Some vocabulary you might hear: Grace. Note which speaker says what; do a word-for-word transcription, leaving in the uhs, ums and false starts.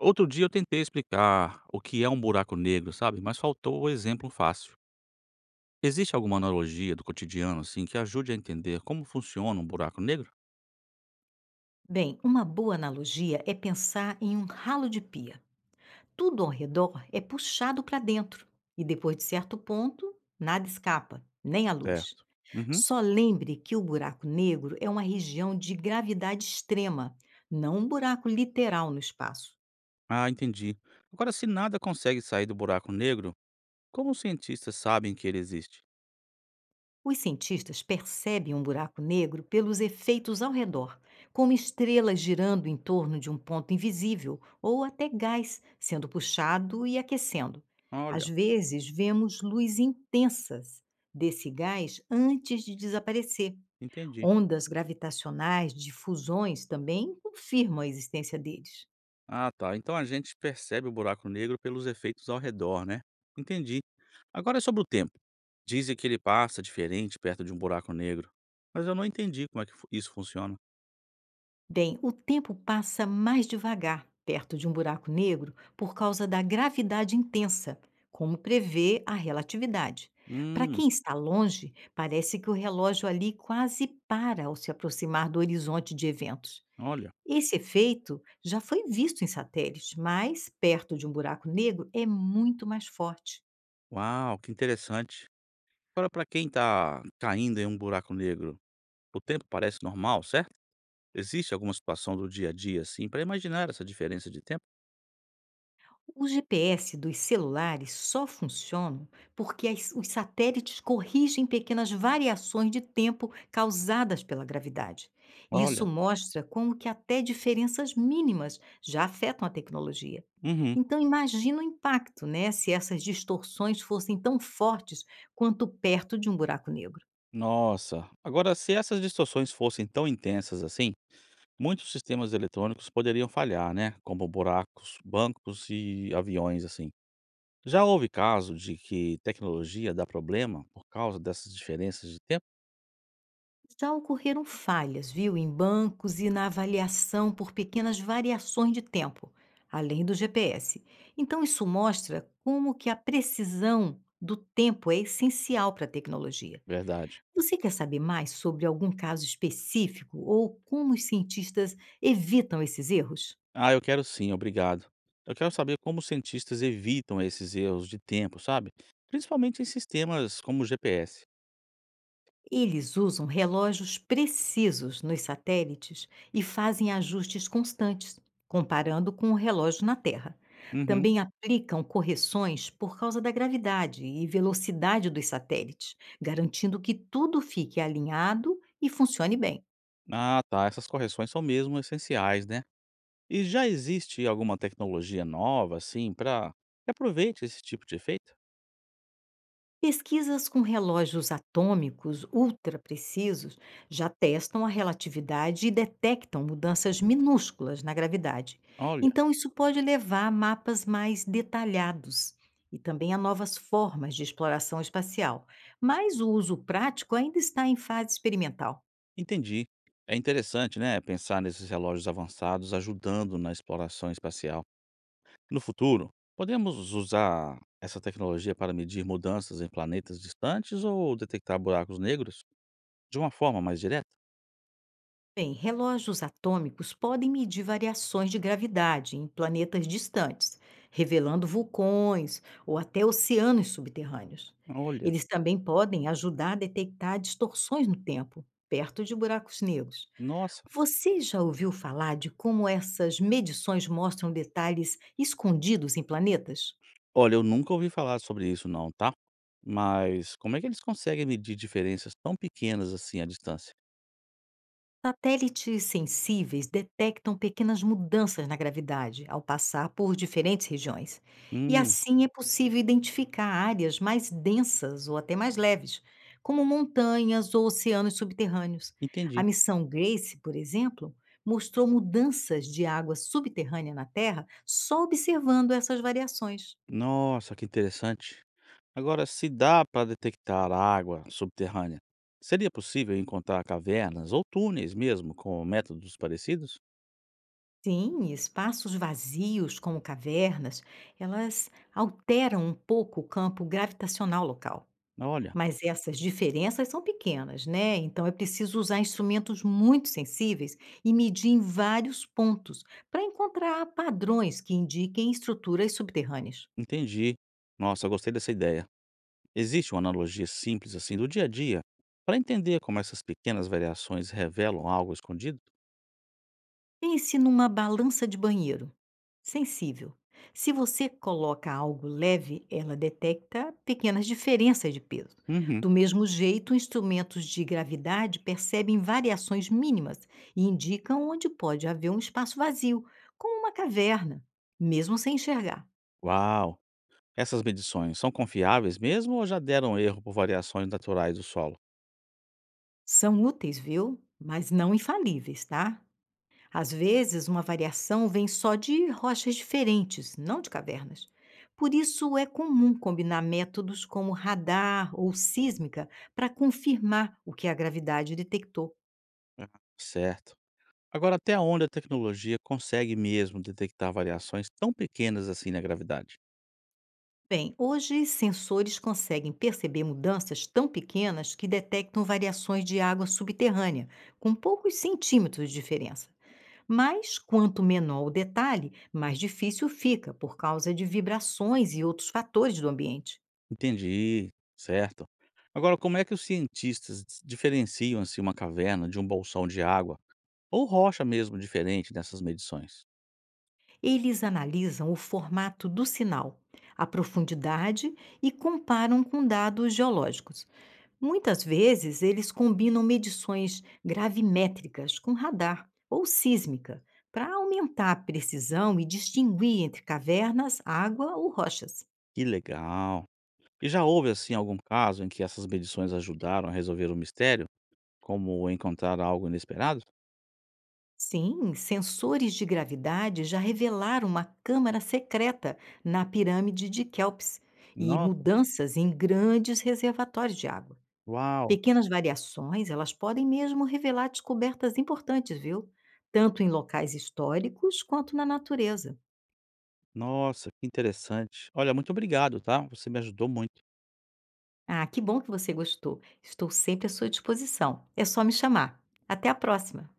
Speaker 1: Outro dia eu tentei explicar o que é um buraco negro, sabe? Mas faltou o exemplo fácil. Existe alguma analogia do cotidiano, assim, que ajude a entender como funciona um buraco negro?
Speaker 2: Bem, uma boa analogia é pensar em um ralo de pia. Tudo ao redor é puxado para dentro e depois de certo ponto, nada escapa, nem a luz.
Speaker 1: Certo. Uhum.
Speaker 2: Só lembre que o buraco negro é uma região de gravidade extrema, não um buraco literal no espaço.
Speaker 1: Ah, entendi. Agora, se nada consegue sair do buraco negro, como os cientistas sabem que ele existe?
Speaker 2: Os cientistas percebem um buraco negro pelos efeitos ao redor, como estrelas girando em torno de um ponto invisível ou até gás sendo puxado e aquecendo. Às
Speaker 1: Olha,
Speaker 2: vezes, vemos luz intensas desse gás antes de desaparecer.
Speaker 1: entendi.
Speaker 2: Ondas gravitacionais de fusões também confirmam a existência deles.
Speaker 1: Ah, tá. Então a gente percebe o buraco negro pelos efeitos ao redor, né? Entendi. Agora é sobre o tempo. Dizem que ele passa diferente perto de um buraco negro. Mas eu não entendi como é que fu- isso funciona.
Speaker 2: Bem, o tempo passa mais devagar perto de um buraco negro por causa da gravidade intensa, como prevê a relatividade. Para
Speaker 1: Hum.
Speaker 2: quem está longe, parece que o relógio ali quase para ao se aproximar do horizonte de eventos.
Speaker 1: Olha,
Speaker 2: Esse efeito já foi visto em satélites, mas perto de um buraco negro é muito mais forte.
Speaker 1: uau, que interessante. Agora, para quem está caindo em um buraco negro, o tempo parece normal, certo? Existe alguma situação do dia a dia assim para imaginar essa diferença de tempo?
Speaker 2: Os G P S dos celulares só funcionam porque as- os satélites corrigem pequenas variações de tempo causadas pela gravidade. E isso
Speaker 1: Olha,
Speaker 2: mostra como que até diferenças mínimas já afetam a tecnologia.
Speaker 1: uhum.
Speaker 2: Então imagina o impacto, né, se essas distorções fossem tão fortes quanto perto de um buraco negro.
Speaker 1: Nossa. Agora, se essas distorções fossem tão intensas assim, muitos sistemas eletrônicos poderiam falhar, né? Como buracos, bancos e aviões assim. Já houve caso de que tecnologia dá problema por causa dessas diferenças de tempo?
Speaker 2: Já ocorreram falhas, viu, em bancos e na avaliação por pequenas variações de tempo, além do G P S. Então, isso mostra como que a precisão do tempo é essencial para a tecnologia.
Speaker 1: Verdade.
Speaker 2: Você quer saber mais sobre algum caso específico ou como os cientistas evitam esses erros?
Speaker 1: Ah, eu quero sim, obrigado. Eu quero saber como os cientistas evitam esses erros de tempo, sabe? Principalmente em sistemas como o G P S.
Speaker 2: Eles usam relógios precisos nos satélites e fazem ajustes constantes, comparando com o relógio na Terra.
Speaker 1: Uhum.
Speaker 2: Também aplicam correções por causa da gravidade e velocidade dos satélites, garantindo que tudo fique alinhado e funcione bem.
Speaker 1: Ah, tá. Essas correções são mesmo essenciais, né? E já existe alguma tecnologia nova, assim, para que aproveite esse tipo de efeito?
Speaker 2: Pesquisas com relógios atômicos ultra precisos já testam a relatividade e detectam mudanças minúsculas na gravidade.
Speaker 1: Olha,
Speaker 2: Então, isso pode levar a mapas mais detalhados e também a novas formas de exploração espacial. Mas o uso prático ainda está em fase experimental.
Speaker 1: entendi. É interessante, né? Pensar nesses relógios avançados ajudando na exploração espacial. No futuro, podemos usar essa tecnologia para medir mudanças em planetas distantes ou detectar buracos negros? De uma forma mais direta?
Speaker 2: Bem, relógios atômicos podem medir variações de gravidade em planetas distantes, revelando vulcões ou até oceanos subterrâneos.
Speaker 1: Olha,
Speaker 2: Eles também podem ajudar a detectar distorções no tempo, perto de buracos negros.
Speaker 1: nossa.
Speaker 2: Você já ouviu falar de como essas medições mostram detalhes escondidos em planetas?
Speaker 1: Olha, eu nunca ouvi falar sobre isso não, tá. Mas como é que eles conseguem medir diferenças tão pequenas assim à distância?
Speaker 2: Satélites sensíveis detectam pequenas mudanças na gravidade ao passar por diferentes regiões, e
Speaker 1: Hum,
Speaker 2: assim é possível identificar áreas mais densas ou até mais leves, como montanhas ou oceanos subterrâneos. A
Speaker 1: entendi.
Speaker 2: missão Grace, por exemplo, mostrou mudanças de água subterrânea na Terra só observando essas variações.
Speaker 1: Nossa, que interessante. Agora, se dá para detectar água subterrânea, seria possível encontrar cavernas ou túneis mesmo com métodos parecidos?
Speaker 2: Sim, espaços vazios, como cavernas, elas alteram um pouco o campo gravitacional local.
Speaker 1: Olha,
Speaker 2: Mas essas diferenças são pequenas, né? Então é preciso usar instrumentos muito sensíveis e medir em vários pontos para encontrar padrões que indiquem estruturas subterrâneas.
Speaker 1: entendi. Nossa, gostei dessa ideia. Existe uma analogia simples assim do dia a dia para entender como essas pequenas variações revelam algo escondido?
Speaker 2: Pense numa balança de banheiro, sensível. Se você coloca algo leve, ela detecta pequenas diferenças de peso.
Speaker 1: Uhum.
Speaker 2: Do mesmo jeito, instrumentos de gravidade percebem variações mínimas e indicam onde pode haver um espaço vazio, como uma caverna, mesmo sem enxergar.
Speaker 1: Uau! Essas medições são confiáveis mesmo ou já deram erro por variações naturais do solo?
Speaker 2: São úteis, viu? Mas não infalíveis, tá? Às vezes, uma variação vem só de rochas diferentes, não de cavernas. Por isso, é comum combinar métodos como radar ou sísmica para confirmar o que a gravidade detectou.
Speaker 1: Certo. Agora, até onde a tecnologia consegue mesmo detectar variações tão pequenas assim na gravidade?
Speaker 2: Bem, hoje sensores conseguem perceber mudanças tão pequenas que detectam variações de água subterrânea, com poucos centímetros de diferença. Mas quanto menor o detalhe, mais difícil fica por causa de vibrações e outros fatores do ambiente.
Speaker 1: Entendi, certo. Agora, como é que os cientistas dis- diferenciam assim, uma caverna de um bolsão de água ou rocha mesmo diferente nessas medições?
Speaker 2: Eles analisam o formato do sinal, a profundidade e comparam com dados geológicos. Muitas vezes, eles combinam medições gravimétricas com radar ou sísmica para aumentar a precisão e distinguir entre cavernas, água ou rochas.
Speaker 1: Que legal! E já houve, assim, algum caso em que essas medições ajudaram a resolver um mistério? Como encontrar algo inesperado?
Speaker 2: Sim, sensores de gravidade já revelaram uma câmara secreta na pirâmide de Kelps e
Speaker 1: Nossa,
Speaker 2: mudanças em grandes reservatórios de água.
Speaker 1: uau!
Speaker 2: Pequenas variações, elas podem mesmo revelar descobertas importantes, viu? Tanto em locais históricos quanto na natureza.
Speaker 1: Nossa, que interessante. Olha, muito obrigado, tá? Você me ajudou muito.
Speaker 2: Ah, que bom que você gostou. Estou sempre à sua disposição. É só me chamar. Até a próxima.